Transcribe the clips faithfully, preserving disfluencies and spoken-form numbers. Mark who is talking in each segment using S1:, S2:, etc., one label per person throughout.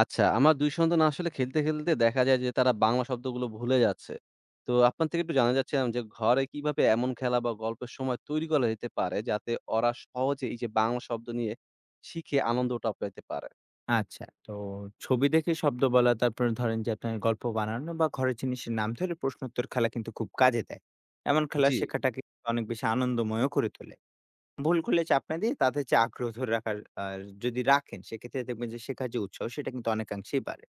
S1: আচ্ছা, আমার দুই সন্তান আসলে খেলতে, খেলতে দেখা যায় যে তারা বাংলা শব্দগুলো ভুলে যাচ্ছে। তো আপনার থেকে একটু জানা যাচ্ছিলাম যে ঘরে কিভাবে এমন খেলা বা গল্পের সময় তৈরি করা যেতে পারে যাতে ওরা সহজে এই যে বাংলা শব্দ নিয়ে শিখে আনন্দটা পেতে পারে?
S2: আচ্ছা। তো ছবি দেখে শব্দ বলা, তারপরে ধরেন যে আপনার গল্প বানানো বা ঘরের জিনিসের নাম ধরে প্রশ্নোত্তর খেলা কিন্তু খুব কাজে দেয়। এমন খেলা
S1: জি।
S2: শেখাটাকে অনেক বেশি আনন্দময়ও করে তোলে। ভুল করলে চাপনা দিয়ে তাদের যে আগ্রহ ধরে রাখার আর যদি রাখেন, সেক্ষেত্রে দেখবেন যে শেখার যে উৎসাহ সেটা কিন্তু অনেকাংশেই বাড়ে।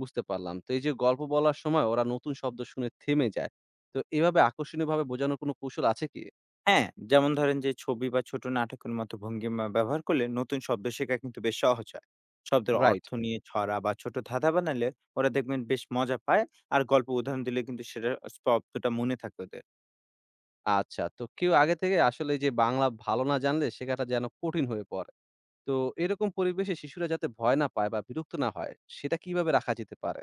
S1: বুঝতে পারলাম। তো এই যে গল্প বলার সময় ওরা নতুন শব্দ শুনে থেমে যায়। তো এভাবে আকর্ষণীয়ভাবে বোঝানোর কোনো কৌশল আছে কি?
S2: হ্যাঁ, যেমন ধরেন যে ছবি বা ছোট নাটকের মতো ভঙ্গিমা ব্যবহার করলে নতুন শব্দ শেখা কিন্তু বেশ সহজ হয়। শব্দের
S1: রাইট।
S2: অর্থ নিয়ে ছড়া বা ছোট ধাঁধা বানালে ওরা দেখবেন বেশ মজা পায়। আর গল্প উদাহরণ দিলে কিন্তু সেটার শব্দটা মনে থাকে ওদের।
S1: আচ্ছা, তো কেউ আগে থেকে আসলে এই যে বাংলা ভালো না জানলে শেখাটা যেন কঠিন হয়ে পড়ে। তো এরকম পরিবেশে শিশুরা যাতে ভয় না পায় বা বিরক্ত না হয়, সেটা কিভাবে রাখা যেতে পারে?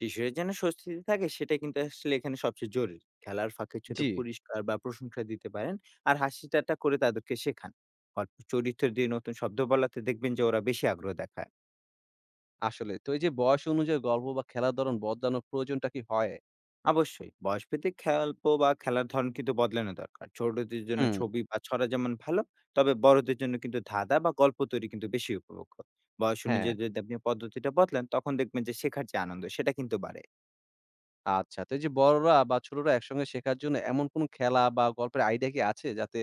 S2: কিশোরের যেন স্বস্তিতে থাকে, সেটা কিন্তু আসলে এখানে সবচেয়ে জরুরি। খেলার ফাঁকে ছোট
S1: জি।
S2: পুরস্কার বা প্রশংসা দিতে পারেন আর হাসি ঠাট্টা করে তাদেরকে শেখান। গল্প চরিত্র দিয়ে নতুন শব্দ বলাতে দেখবেন যে ওরা বেশি আগ্রহ দেখায়।
S1: আসলে। তো এই যে বয়স অনুযায়ী গল্প বা খেলার ধরন বদলানোর প্রয়োজনটা কি হয়?
S2: অবশ্যই বয়সভেদে গল্প বা খেলার ধরন কিন্তু বদলানো দরকার। ছোটদের জন্য
S1: হুম।
S2: ছবি বা ছড়া যেমন ভালো, তবে বড়দের জন্য কিন্তু ধাঁধা বা গল্প তৈরি কিন্তু বেশি উপভোগ্য। বয়স
S1: হ্যাঁ,
S2: অনুযায়ী যদি আপনি পদ্ধতিটা বদলান, তখন দেখবেন যে শেখার যে আনন্দ সেটা কিন্তু বাড়ে।
S1: আচ্ছা। তো এই যে বড়রা বা ছোটরা একসঙ্গে শেখার জন্য এমন কোন খেলা বা গল্পের আইডিয়া কি আছে যাতে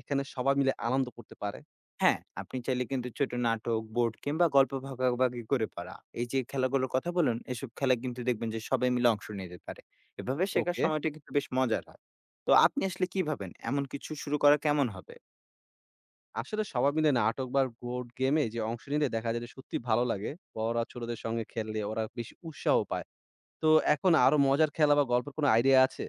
S1: এখানে সবাই মিলে আনন্দ করতে পারে?
S2: হ্যাঁ, আপনি চাইলে কিন্তু ছোট নাটক, বোর্ড কিংবা গল্প ভাগাভাগি করে পড়া। এই যে খেলাগুলোর কথা বললেন, এসব খেলায় কিন্তু দেখবেন যে সবাই মিলে অংশ নিতে পারে। এভাবে শেখার
S1: ওকে।
S2: সময়টা কিন্তু বেশ মজার হয়। তো আপনি আসলে কি ভাবেন, এমন কিছু শুরু করা কেমন হবে?
S1: আসলে সবাই মিলে নাটক বা বোর্ড গেমে যে অংশ নিলে দেখা যায় যে সত্যি ভালো লাগে। বড়রা ছোটদের সঙ্গে খেললে ওরা বেশি উৎসাহ পায়। তো এখন আরো মজার খেলা বা গল্পের কোন আইডিয়া আছে?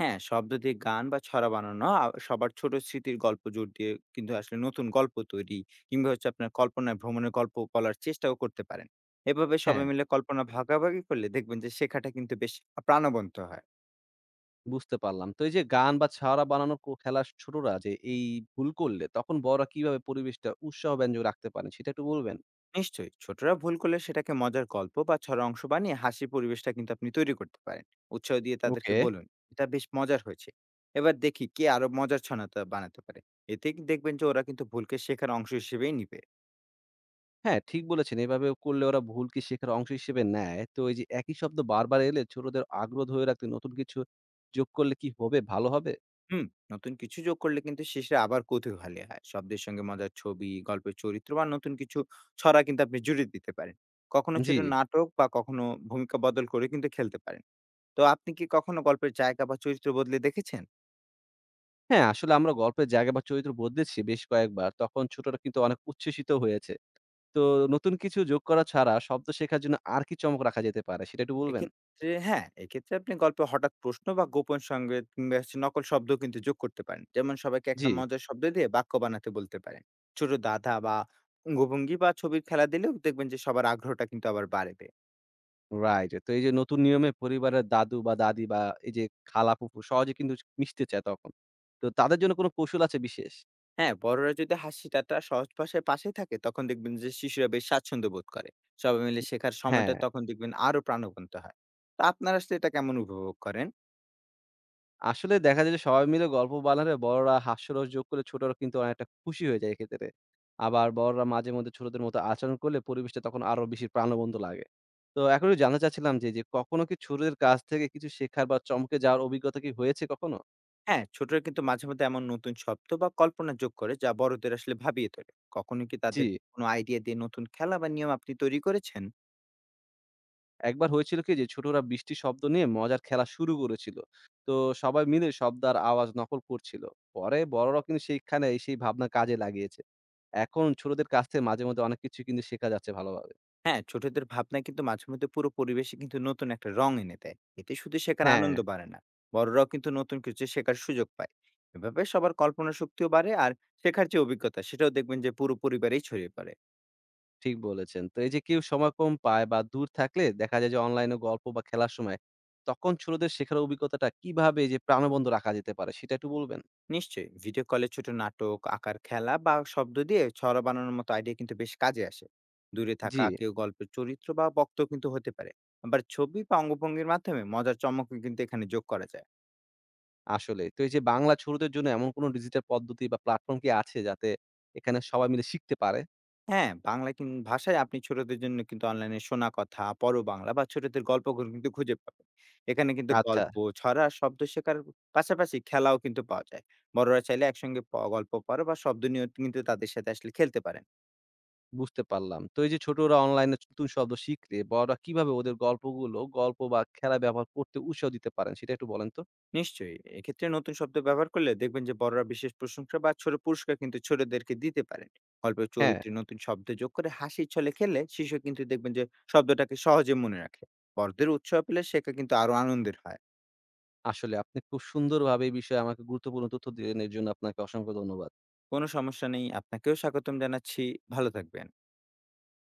S2: হ্যাঁ, শব্দ দিয়ে গান বা ছড়া বানানো, আ সবার ছোট স্মৃতির গল্প জোর দিয়ে কিন্তু আসলে নতুন গল্প তৈরি কিংবা হচ্ছে আপনার কল্পনায় ভ্রমণের গল্প বলার চেষ্টাও করতে পারেন। এভাবে
S1: হ্যাঁ।
S2: সবাই মিলে কল্পনা ভাগাভাগি করলে দেখবেন যে শেখাটা কিন্তু বেশ আ প্রাণবন্ত হয়।
S1: বুঝতে পারলাম। তো এই যে গান বা ছড়া বানানোর কো খেলার ছোটরা যে এই ভুল করলে তখন বড়রা কিভাবে পরিবেশটা উৎসাহব্যঞ্জক রাখতে পারেন সেটা একটু বলবেন?
S2: নিশ্চয়ই ছোটরা ভুল করলে সেটাকে মজার গল্প বা ছড়া অংশ বানিয়ে হাসি পরিবেশটা কিন্তু আপনি তৈরি করতে পারেন। উৎসাহ দিয়ে তাদেরকে
S1: ওকে।
S2: বলুন, এটা বেশ মজার হয়েছে, এবার দেখি কে আরো মজার ছনাটা বানাতে পারে। এতে কি দেখবেন যে ওরা কিন্তু ভুলকে শেখার অংশ হিসেবেই নিবে।
S1: হ্যাঁ, ঠিক বলেছেন। এভাবে করলে ওরা ভুলকে শেখার অংশ হিসেবে নেয়। তো এই যে একই শব্দ বারবার এলে ছোটদের আগ্রহ ধরে রাখতে নতুন কিছু যোগ করলে কি হবে ভালো হবে?
S2: হুম নতুন কিছু যোগ করলে কিন্তু শেষে আবার কৌতূহলী হয়। শব্দের সঙ্গে মজার ছবি, গল্পের চরিত্র বা নতুন কিছু ছড়া কিন্তু আপনি জুড়ে দিতে পারেন। কখনো
S1: জি।
S2: ছোট নাটক বা কখনো ভূমিকা বদল করে কিন্তু খেলতে পারেন। তো আপনি কি কখনো গল্পের জায়গা বা চরিত্র বদলে দেখেছেন?
S1: হ্যাঁ, আসলে আমরা গল্পের জায়গা বা চরিত্র বদলেছি বেশ কয়েকবার। তখন ছোটরা কিন্তু অনেক উচ্ছ্বসিত হয়েছে। তো নতুন কিছু যোগ করা ছাড়া শব্দ শেখার জন্য আর কি চমক রাখা যেতে পারে সেটা একটু বলবেন?
S2: এক্ষেত্রে হ্যাঁ, এক্ষেত্রে আপনি গল্পে হঠাৎ প্রশ্ন বা গোপন সংকেত কিংবা হচ্ছে নকল শব্দ কিন্তু যোগ করতে পারেন। যেমন, সবাইকে
S1: জি।
S2: একটা মজার শব্দ দিয়ে বাক্য বানাতে বলতে পারেন। ছোট ধাঁধা বা অঙ্গভঙ্গি বা ছবির খেলা দিলেও দেখবেন যে সবার আগ্রহটা কিন্তু আবার বাড়বে।
S1: রাইট। তো এই যে নতুন নিয়মে পরিবারের দাদু বা দাদি বা এই যে খালা-ফুফু সহজে কিন্তু মিশতে চায় তখন। তো তাদের জন্য কোনো কৌশল আছে বিশেষ?
S2: হ্যাঁ, বড়রা যদি হাসি ঠাট্টা সহজ ভাষায় পাশে থাকে, তখন দেখবেন যে শিশুরা বেশ স্বাচ্ছন্দ্য বোধ করে। সবাই মিলে শেখার
S1: হ্যাঁ।
S2: সময়টা তখন দেখবেন আরো প্রাণবন্ত হয়। তো আপনারা আসলে এটা কেমন উপভোগ করেন?
S1: আসলে দেখা যায় যে সবাই মিলে গল্প বানালে বড়রা হাস্যরস যোগ করলে ছোটরা কিন্তু অনেকটা খুশি হয়ে যায় এক্ষেত্রে। আবার বড়রা মাঝে মধ্যে ছোটদের মতো আচরণ করলে পরিবেশটা তখন আরো বেশি প্রাণবন্ত লাগে। তো এখন একটু জানতে চাচ্ছিলাম যে, যে কখনো কি ছোটদের কাছ থেকে কিছু শেখার বা চমকে যাওয়ার অভিজ্ঞতা কি হয়েছে কখনো?
S2: হ্যাঁ, ছোটরা কিন্তু মাঝে মধ্যে এমন নতুন শব্দ বা কল্পনা যোগ করে যা বড়দের আসলে ভাবিয়ে তোলে। কখনো কি
S1: জি।
S2: তাদের কোনো আইডিয়া দিয়ে নতুন খেলা বা নিয়ম আপনি তৈরি করেছেন?
S1: একবার হয়েছিল কি যে ছোটরা বৃষ্টির শব্দ নিয়ে মজার খেলা শুরু করেছিল। তো সবাই মিলে শব্দ আর আওয়াজ নকল করছিল। পরে বড়রাও কিন্তু সেইখানে সেই ভাবনা কাজে লাগিয়েছে। এখন ছোটদের কাছ থেকে মাঝে মধ্যে অনেক কিছু কিন্তু শেখা যাচ্ছে ভালোভাবে।
S2: হ্যাঁ, ছোটদের ভাবনা কিন্তু মাঝে মধ্যে পুরো পরিবেশে কিন্তু নতুন একটা রং এনে দেয়। এতে শুধু শেখার
S1: হ্যাঁ,
S2: আনন্দ বাড়ে না, বড়রাও কিন্তু নতুন কিছু শেখার সুযোগ পায়। এভাবে সবার কল্পনা শক্তিও বাড়ে আর শেখার যে অভিজ্ঞতা সেটাও দেখবেন যে পুরো পরিবারেই ছড়িয়ে পড়ে।
S1: ঠিক বলেছেন। তো এই যে কেউ সময় কম পায় বা দূর থাকলে দেখা যায় যে অনলাইনে গল্প বা খেলার সময় তখন ছোটদের শেখার অভিজ্ঞতাটা কিভাবে এই যে প্রাণবন্ত রাখা যেতে পারে সেটা একটু বলবেন?
S2: নিশ্চয়ই ভিডিও কলে ছোট নাটক, আঁকার খেলা বা শব্দ দিয়ে ছড়া বানানোর মতো আইডিয়া কিন্তু বেশ কাজে আসে। দূরে
S1: জি,
S2: থাকা কেউ গল্পের চরিত্র বা বক্ত কিন্তু হতে পারে। আবার ছবি বা অঙ্গভঙ্গির মাধ্যমে মজার চমক কিন্তু এখানে যোগ করা যায়।
S1: আসলেই। তো এই যে বাংলা ছোটদের জন্য এমন কোনো ডিজিটাল পদ্ধতি বা প্ল্যাটফর্ম কি আছে যাতে এখানে সবাই মিলে শিখতে পারে?
S2: হ্যাঁ, বাংলা কিন- ভাষায় আপনি ছোটদের জন্য কিন্তু অনলাইনে শোনা কথা পর বাংলা বা ছোটদের গল্পগুলো কিন্তু খুঁজে পাবেন। এখানে কিন্তু
S1: আচ্ছা,
S2: গল্প, ছড়া, শব্দ শেখার পাশাপাশি খেলাও কিন্তু পাওয়া যায়। বড়রা চাইলে একসঙ্গে প- গল্প পড়া বা শব্দ নিয়ে কিন্তু তাদের সাথে আসলে খেলতে পারেন।
S1: বুঝতে পারলাম। তো এই যে ছোটরা অনলাইনে নতুন শব্দ শিখলে বড়রা কিভাবে ওদের গল্পগুলো, গল্প বা খেলা ব্যবহার করতে উৎসাহ দিতে পারেন সেটা একটু বলেন তো?
S2: নিশ্চয়ই এক্ষেত্রে নতুন শব্দ ব্যবহার করলে দেখবেন যে বড়রা বিশেষ প্রশংসা বা ছোট পুরস্কার কিন্তু ছোটদেরকে দিতে পারেন। গল্পের
S1: হ্যাঁ,
S2: চরিত্রে নতুন শব্দ যোগ করে হাসির ছলে খেললে শিশু কিন্তু দেখবেন যে শব্দটাকে সহজে মনে রাখে। বড়দের উৎসাহ পেলে শেখা কিন্তু আরো আনন্দের হয়।
S1: আসলে আপনি খুব সুন্দরভাবে এই বিষয়ে আমাকে গুরুত্বপূর্ণ তথ্য দিলেন। এর জন্য আপনাকে অসংখ্য ধন্যবাদ।
S2: কোনো সমস্যা নেই, আপনাকেও স্বাগতম জানাচ্ছি। ভালো থাকবেন।